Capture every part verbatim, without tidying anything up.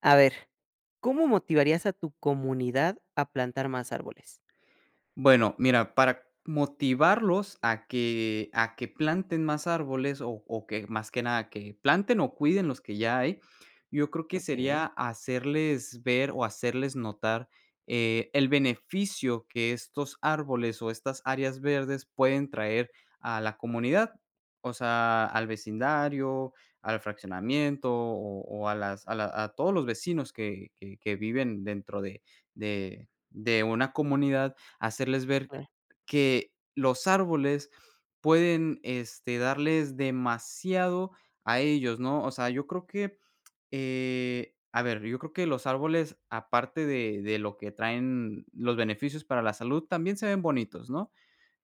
A ver, ¿cómo motivarías a tu comunidad a plantar más árboles? Bueno, mira, para motivarlos a que a que planten más árboles o o que más que nada que planten o cuiden los que ya hay, yo creo que Okey, sería hacerles ver o hacerles notar, eh, el beneficio que estos árboles o estas áreas verdes pueden traer a la comunidad, o sea, al vecindario, al fraccionamiento o o a las a la a todos los vecinos que que que viven dentro de de de una comunidad. Hacerles ver claro. que los árboles pueden, este, darles demasiado a ellos, ¿no? O sea, yo creo que, eh, a ver, yo creo que los árboles, aparte de de lo que traen los beneficios para la salud, también se ven bonitos, ¿no?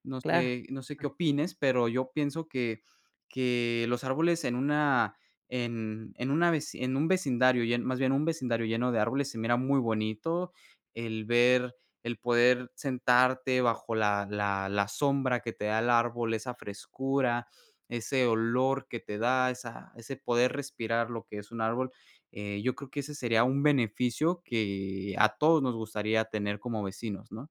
No Claro. sé no sé qué opines, pero yo pienso que que los árboles en una en en una veci en un vecindario, llen más bien, un vecindario lleno de árboles se mira muy bonito, el ver, el poder sentarte bajo la la la sombra que te da el árbol, esa frescura, ese olor que te da, esa ese poder respirar lo que es un árbol. Eh, yo creo que ese sería un beneficio que a todos nos gustaría tener como vecinos, ¿no?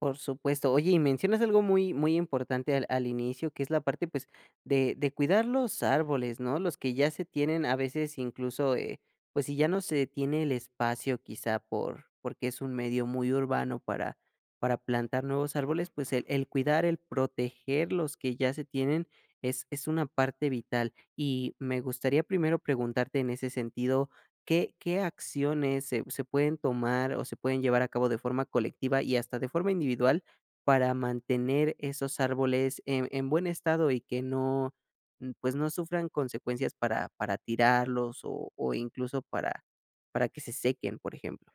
Por supuesto. Oye, y mencionas algo muy, muy importante al, al inicio, que es la parte, pues, de, de cuidar los árboles, ¿no? Los que ya se tienen, a veces incluso, eh, pues, si ya no se tiene el espacio, quizá por, porque es un medio muy urbano para, para plantar nuevos árboles, pues el, el cuidar, el proteger los que ya se tienen es, es una parte vital. Y me gustaría primero preguntarte en ese sentido, ¿qué qué acciones se se pueden tomar o se pueden llevar a cabo de forma colectiva y hasta de forma individual para mantener esos árboles en en buen estado y que no, mm, pues, no sufran consecuencias para para tirarlos o o incluso para para que se sequen, por ejemplo?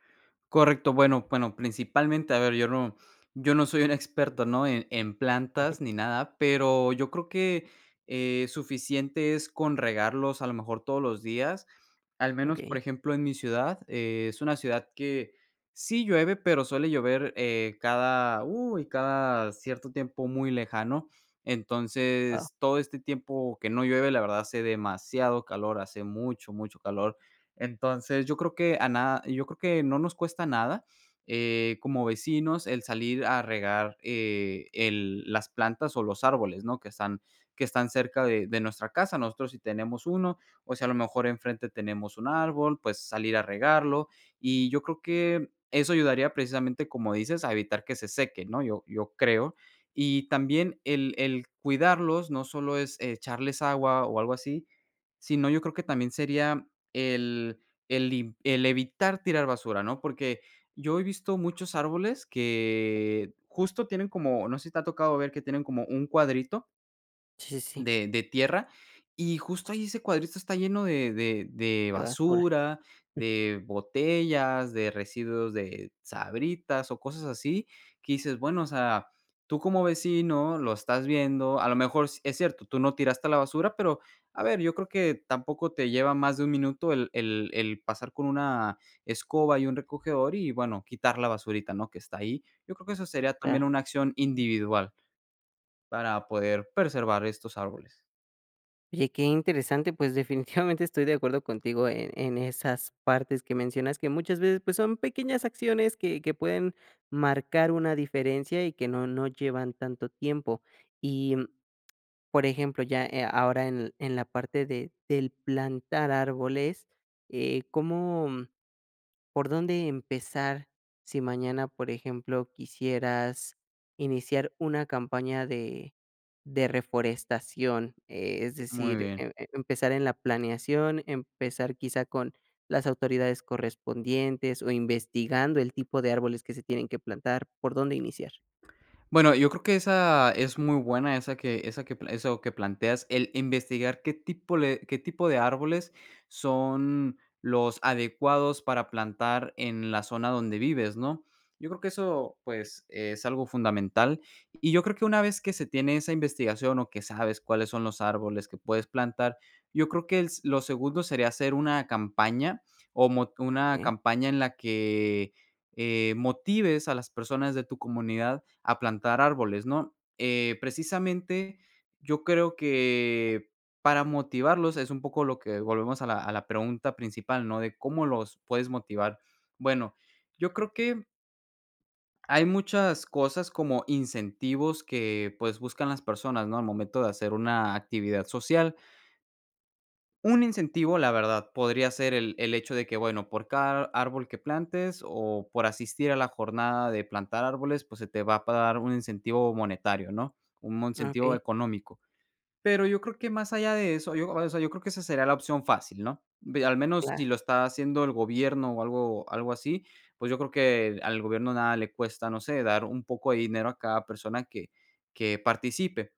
Correcto, bueno bueno, principalmente, a ver, yo no yo no soy un experto, ¿no?, en en plantas ni nada, pero yo creo que, eh, suficiente es con regarlos, a lo mejor, todos los días. Al menos, por Okey, ejemplo, en mi ciudad, eh, es una ciudad que sí llueve, pero suele llover, eh, cada uy, cada cierto tiempo muy lejano. wao. Entonces, todo este tiempo que no llueve, la verdad hace demasiado calor, hace mucho, mucho calor. Entonces, yo creo que a nada yo creo que no nos cuesta nada, eh, como vecinos, el salir a regar, eh, el las plantas o los árboles, ¿no? Que están que están cerca de de nuestra casa. Nosotros si tenemos uno, o si a lo mejor enfrente tenemos un árbol, pues salir a regarlo. Y yo creo que eso ayudaría precisamente, como dices, a evitar que se seque, ¿no? Yo yo creo. Y también el el cuidarlos no solo es eh, echarles agua o algo así, sino yo creo que también sería el el lim el evitar tirar basura, ¿no? Porque yo he visto muchos árboles que justo tienen como, no sé si te ha tocado ver que tienen como un cuadrito Sí, sí, sí, de de tierra, y justo ahí ese cuadrito está lleno de de de de basura. basura, de botellas, de residuos de Sabritas o cosas así, que dices, bueno, o sea, tú como vecino lo estás viendo, a lo mejor s es cierto, tú no tiraste la basura, pero, a ver, yo creo que tampoco te lleva más de un minuto el el el pasar con una escoba y un recogedor y, bueno, quitar la basurita, ¿no?, que está ahí. Yo creo que eso sería también Claro. una acción individual para poder preservar estos árboles. Oye, qué interesante, pues definitivamente estoy de acuerdo contigo en, en esas partes que mencionas, que muchas veces pues son pequeñas acciones que, que pueden marcar una diferencia y que no, no llevan tanto tiempo. Y por ejemplo, ya, eh, ahora en en la parte de del plantar árboles, eh, ¿cómo mm, por dónde empezar? Si mañana, por ejemplo, quisieras iniciar una campaña de de reforestación, eh, es Muy decir, bien. em em empezar en la planeación, empezar quizá con las autoridades correspondientes o investigando el tipo de árboles que se tienen que plantar, ¿por dónde iniciar? Bueno, yo creo que esa es muy buena, esa que esa que pla eso que planteas, el investigar qué tipo le qué tipo de árboles son los adecuados para plantar en la zona donde vives, ¿no? Yo creo que eso, pues, es algo fundamental, y yo creo que una vez que se tiene esa investigación, o que sabes cuáles son los árboles que puedes plantar, yo creo que el s lo segundo sería hacer una campaña, o mot una campaña en la que eh, motives a las personas de tu comunidad a plantar árboles, ¿no? Eh, precisamente yo creo que para motivarlos es un poco lo que volvemos a la, a la pregunta principal, ¿no? De cómo los puedes motivar. Bueno, yo Sí. creo que hay muchas cosas como incentivos que pues buscan las personas, ¿no? Al momento de hacer una actividad social, un incentivo, la verdad, podría ser el el hecho de que, bueno, por cada árbol que plantes o por asistir a la jornada de plantar árboles, pues, se te va a pagar un incentivo monetario, ¿no? Un mon- Ah, incentivo okey. económico. Pero yo creo que más allá de eso, yo, o sea, yo creo que esa sería la opción fácil, ¿no? Ve al menos Claro, si lo está haciendo el gobierno o algo algo así, pues, yo creo que al gobierno nada le cuesta, no sé, dar un poco de dinero a cada persona que que participe.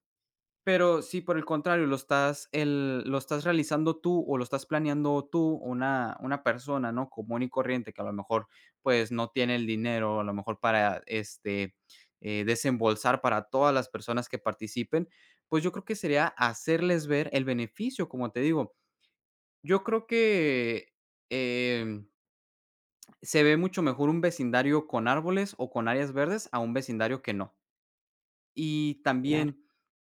Pero si por el contrario lo estás el lo estás realizando tú o lo estás planeando tú, una una persona, ¿no?, común y corriente que a lo mejor, pues, no tiene el dinero, a lo mejor para, este, eh, desembolsar para todas las personas que participen, pues, yo creo que sería hacerles ver el beneficio, como te digo. Yo creo que, em, se ve mucho mejor un vecindario con árboles o con áreas verdes a un vecindario que no. Y claro. también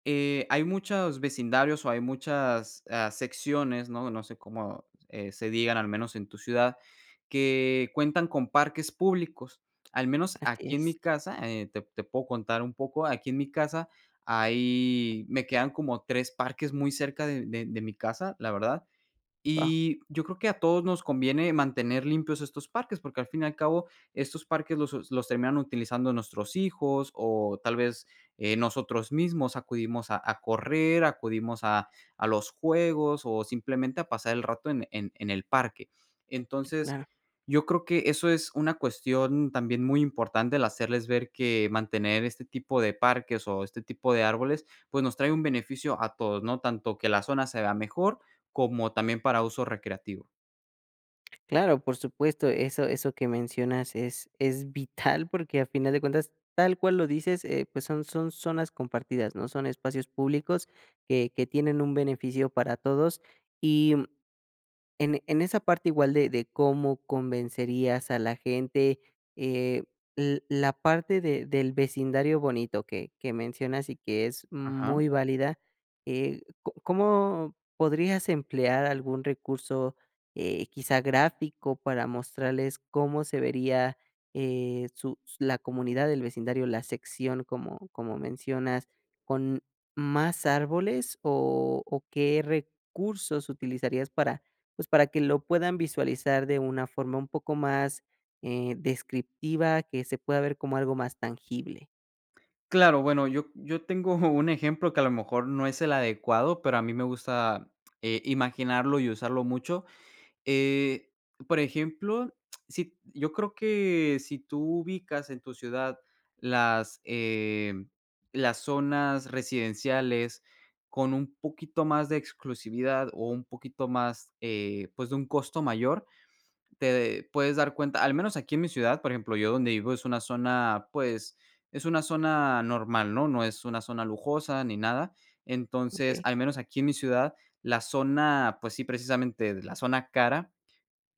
eh, hay muchos vecindarios o hay muchas, ah, secciones, ¿no? No sé cómo, eh, se digan, al menos en tu ciudad, que cuentan con parques públicos. Al menos Así aquí en mi es. casa, eh, te te puedo contar un poco, aquí en mi casa hay me quedan como tres parques muy cerca de de de mi casa, la verdad, Guau, y yo creo que a todos nos conviene mantener limpios estos parques, porque al fin y al cabo estos parques los us los terminan utilizando nuestros hijos o tal vez, eh, nosotros mismos acudimos a a correr, acudimos a a los juegos o simplemente a pasar el rato en en en el parque. Entonces, claro. yo creo que eso es una cuestión también muy importante, el hacerles ver que mantener este tipo de parques o este tipo de árboles, pues, nos trae un beneficio a todos, ¿no? Tanto que la zona se vea mejor como también para uso recreativo. Claro, por supuesto, eso eso que mencionas es es vital porque a final de cuentas, tal cual lo dices, eh, pues son son zonas compartidas, ¿no? Son espacios públicos que que tienen un beneficio para todos, y en en esa parte igual de de cómo convencerías a la gente, eh, l la parte de del vecindario bonito que que mencionas y que es Ajá. muy válida. Eh, ¿có cómo podrías emplear algún recurso, eh, quizá gráfico, para mostrarles cómo se vería, eh, su s- la comunidad del vecindario, la sección, como como mencionas, con más árboles, o o ¿qué recursos utilizarías para pues, para que lo puedan visualizar de una forma un poco más eh, descriptiva, que se pueda ver como algo más tangible? Claro, bueno, yo yo tengo un ejemplo que a lo mejor no es el adecuado, pero a mí me gusta, eh, imaginarlo y usarlo mucho. Eh, por ejemplo, si yo creo que si tú ubicas en tu ciudad las, em, las zonas residenciales con un poquito más de exclusividad o un poquito más, eh, pues, de un costo mayor. Te puedes dar cuenta, al menos aquí en mi ciudad, por ejemplo, yo donde vivo es una zona, pues, es una zona normal, ¿no? No es una zona lujosa ni nada. Entonces, ¿Okey? al menos aquí en mi ciudad, la zona, pues sí, precisamente la zona cara,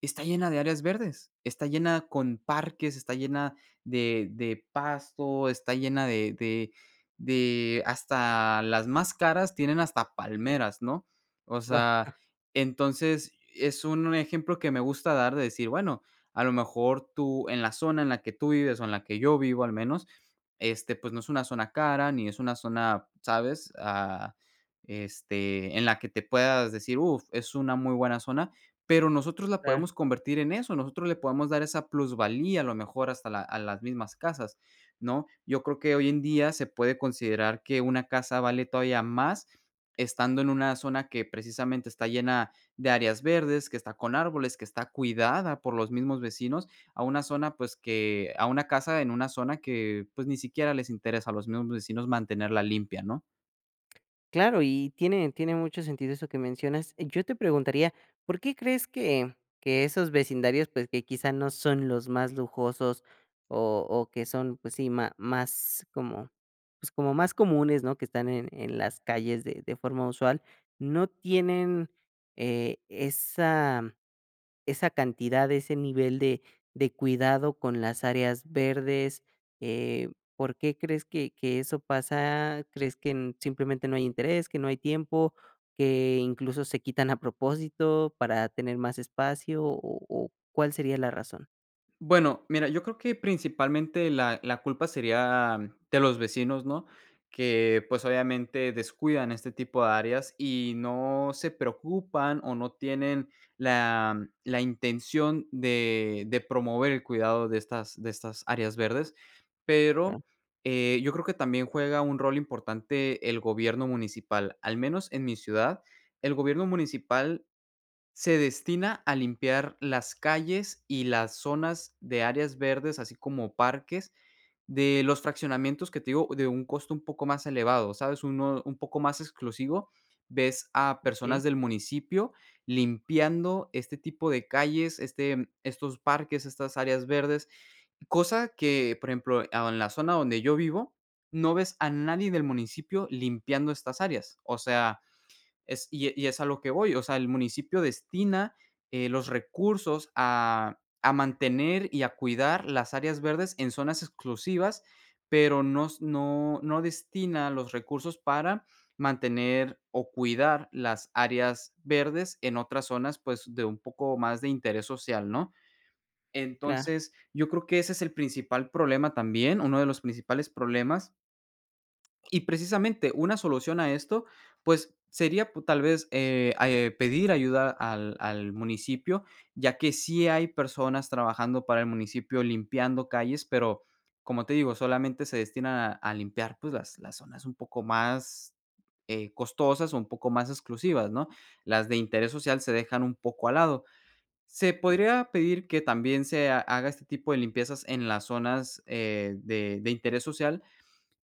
está llena de áreas verdes, está llena con parques, está llena de de pasto, está llena de de de hasta las más caras tienen hasta palmeras, ¿no? O sea, entonces, es un ejemplo que me gusta dar de decir, bueno, a lo mejor tú en la zona en la que tú vives, o en la que yo vivo al menos, este, pues, no es una zona cara, ni es una zona, ¿sabes? Ah, este, en la que te puedas decir: "Uf, es una muy buena zona", pero nosotros la Claro, podemos convertir en eso, nosotros le podemos dar esa plusvalía, a lo mejor hasta la a las mismas casas, ¿no? Yo creo que hoy en día se puede considerar que una casa vale todavía más estando en una zona que precisamente está llena de áreas verdes, que está con árboles, que está cuidada por los mismos vecinos, a una zona, pues, que a una casa en una zona que, pues, ni siquiera les interesa a los mismos vecinos mantenerla limpia, ¿no? claro, y tiene tiene mucho sentido eso que mencionas. Eh, Yo te preguntaría, ¿por qué crees que que esos vecindarios, pues, que quizá no son los más lujosos o o que son, pues sí, ma más como, pues, como más comunes, ¿no?, que están en en las calles de de forma usual, no tienen, eh, esa esa cantidad, ese nivel de de cuidado con las áreas verdes, eh, ¿por qué crees que que eso pasa? ¿Crees que n simplemente no hay interés, que no hay tiempo, que incluso se quitan a propósito para tener más espacio, o o cuál sería la razón? Bueno, mira, yo creo que principalmente la la culpa sería mm, de los vecinos, ¿no? Que, pues, obviamente descuidan este tipo de áreas y no se preocupan o no tienen la mm, la intención de de promover el cuidado de estas de estas áreas verdes. Ah, Pero, eh, yo creo que también juega un rol importante el gobierno municipal. Al menos en mi ciudad, el gobierno municipal se destina a limpiar las calles y las zonas de áreas verdes, así como parques, de los fraccionamientos que te digo, de un costo un poco más elevado, ¿sabes? Uno un poco más exclusivo. Ves a personas okey, del municipio limpiando este tipo de calles, este, estos parques, estas áreas verdes, cosa que, por ejemplo, a en la zona donde yo vivo, no ves a nadie del municipio limpiando estas áreas. O sea, es, y, y es a lo que voy, o sea, el municipio destina eh, los recursos a, a mantener y a cuidar las áreas verdes en zonas exclusivas, pero no, s- no, no destina los recursos para mantener o cuidar las áreas verdes en otras zonas, pues de un poco más de interés social, ¿no? claro, Entonces, yo creo que ese es el principal problema también, uno de los principales problemas, y precisamente una solución a esto, pues sería pu- tal vez eh, a- eh, pedir ayuda al, al municipio, ya que sí hay personas trabajando para el municipio limpiando calles, pero como te digo, solamente se destinan a, a limpiar pues las, las zonas un poco más eh, costosas o un poco más exclusivas, ¿no? Las de interés social se dejan un poco al lado. Se podría pedir que también se ha- haga este tipo de limpiezas en las zonas eh, de de interés social,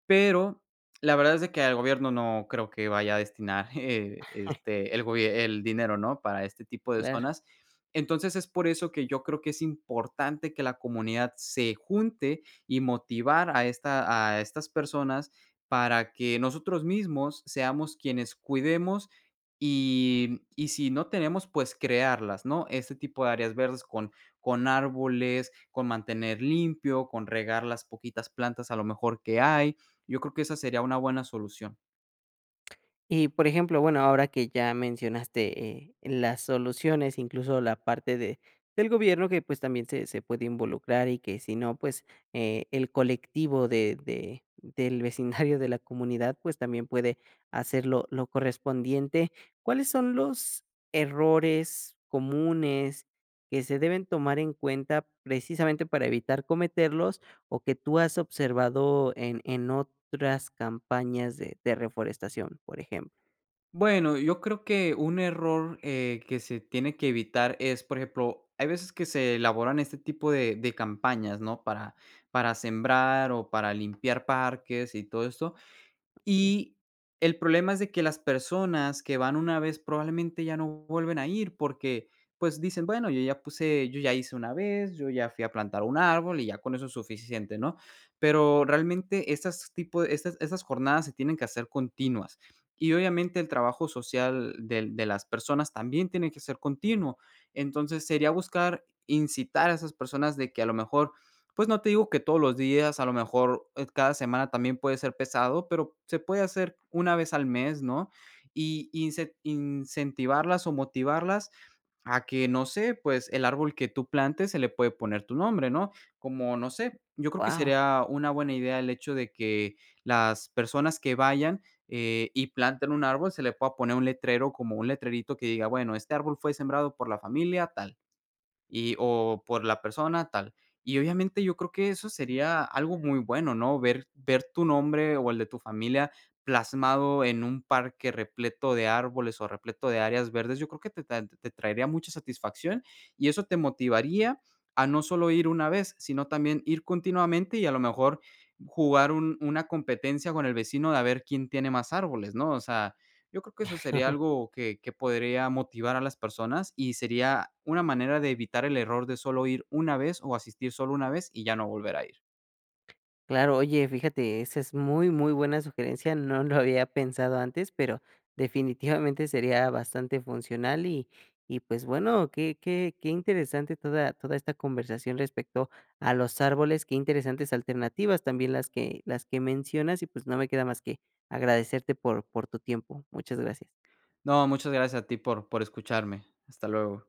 pero la verdad es de que el gobierno no creo que vaya a destinar, eh, este, el gobier el dinero, ¿no?, para este tipo de claro. zonas. Entonces, es por eso que yo creo que es importante que la comunidad se junte y motivar a esta a estas personas para que nosotros mismos seamos quienes cuidemos, y y si no tenemos, pues crearlas, ¿no? Este tipo de áreas verdes con con árboles, con mantener limpio, con regar las poquitas plantas a lo mejor que hay. Yo creo que esa sería una buena solución. Y, por ejemplo, bueno, ahora que ya mencionaste eh, las soluciones, incluso la parte de del gobierno que, pues, también se se puede involucrar, y que si no, pues, eh, el colectivo de de del vecindario, de la comunidad, pues, también puede hacerlo, lo lo correspondiente. ¿Cuáles son los errores comunes que se deben tomar en cuenta precisamente para evitar cometerlos, o que tú has observado en en otras campañas de de reforestación, por ejemplo? Bueno, yo creo que un error, eh, que se tiene que evitar es, por ejemplo, hay veces que se elaboran este tipo de de campañas, ¿no? Para para sembrar o para limpiar parques y todo esto, y el problema es de que las personas que van una vez probablemente ya no vuelven a ir porque, pues, dicen: "Bueno, yo ya puse yo ya hice una vez, yo ya fui a plantar un árbol y ya con eso es suficiente", ¿no? Pero realmente estas tipo estas estas jornadas se tienen que hacer continuas. Y obviamente el trabajo social del de las personas también tiene que ser continuo. Entonces, sería buscar incitar a esas personas de que a lo mejor, pues no te digo que todos los días, a lo mejor, eh, cada semana también puede ser pesado, pero se puede hacer una vez al mes, ¿no? Y ince incentivarlas o motivarlas a que, no sé, pues el árbol que tú plantes se le puede poner tu nombre, ¿no? Como, no sé, yo creo que Wow, sería una buena idea el hecho de que las personas que vayan, eh, y planten un árbol, se le pueda poner un letrero, como un letrerito que diga, bueno, este árbol fue sembrado por la familia tal. Y o por la persona tal. Y obviamente yo creo que eso sería algo muy bueno, ¿no? Ver ver tu nombre o el de tu familia plasmado en un parque repleto de árboles o repleto de áreas verdes, yo creo que te ta te traería mucha satisfacción y eso te motivaría a no solo ir una vez, sino también ir continuamente y a lo mejor jugar un una competencia con el vecino de a ver quién tiene más árboles, ¿no? O sea, yo creo que eso sería algo que que podría motivar a las personas, y sería una manera de evitar el error de solo ir una vez, o asistir solo una vez, y ya no volver a ir. claro, oye, fíjate, esa es muy, muy buena sugerencia, no lo había pensado antes, pero definitivamente sería bastante funcional. Y y pues bueno, qué qué qué interesante toda toda esta conversación respecto a los árboles, qué interesantes alternativas también las que las que mencionas, y pues no me queda más que agradecerte por por tu tiempo. Muchas gracias. No, muchas gracias a ti por por escucharme. Hasta luego.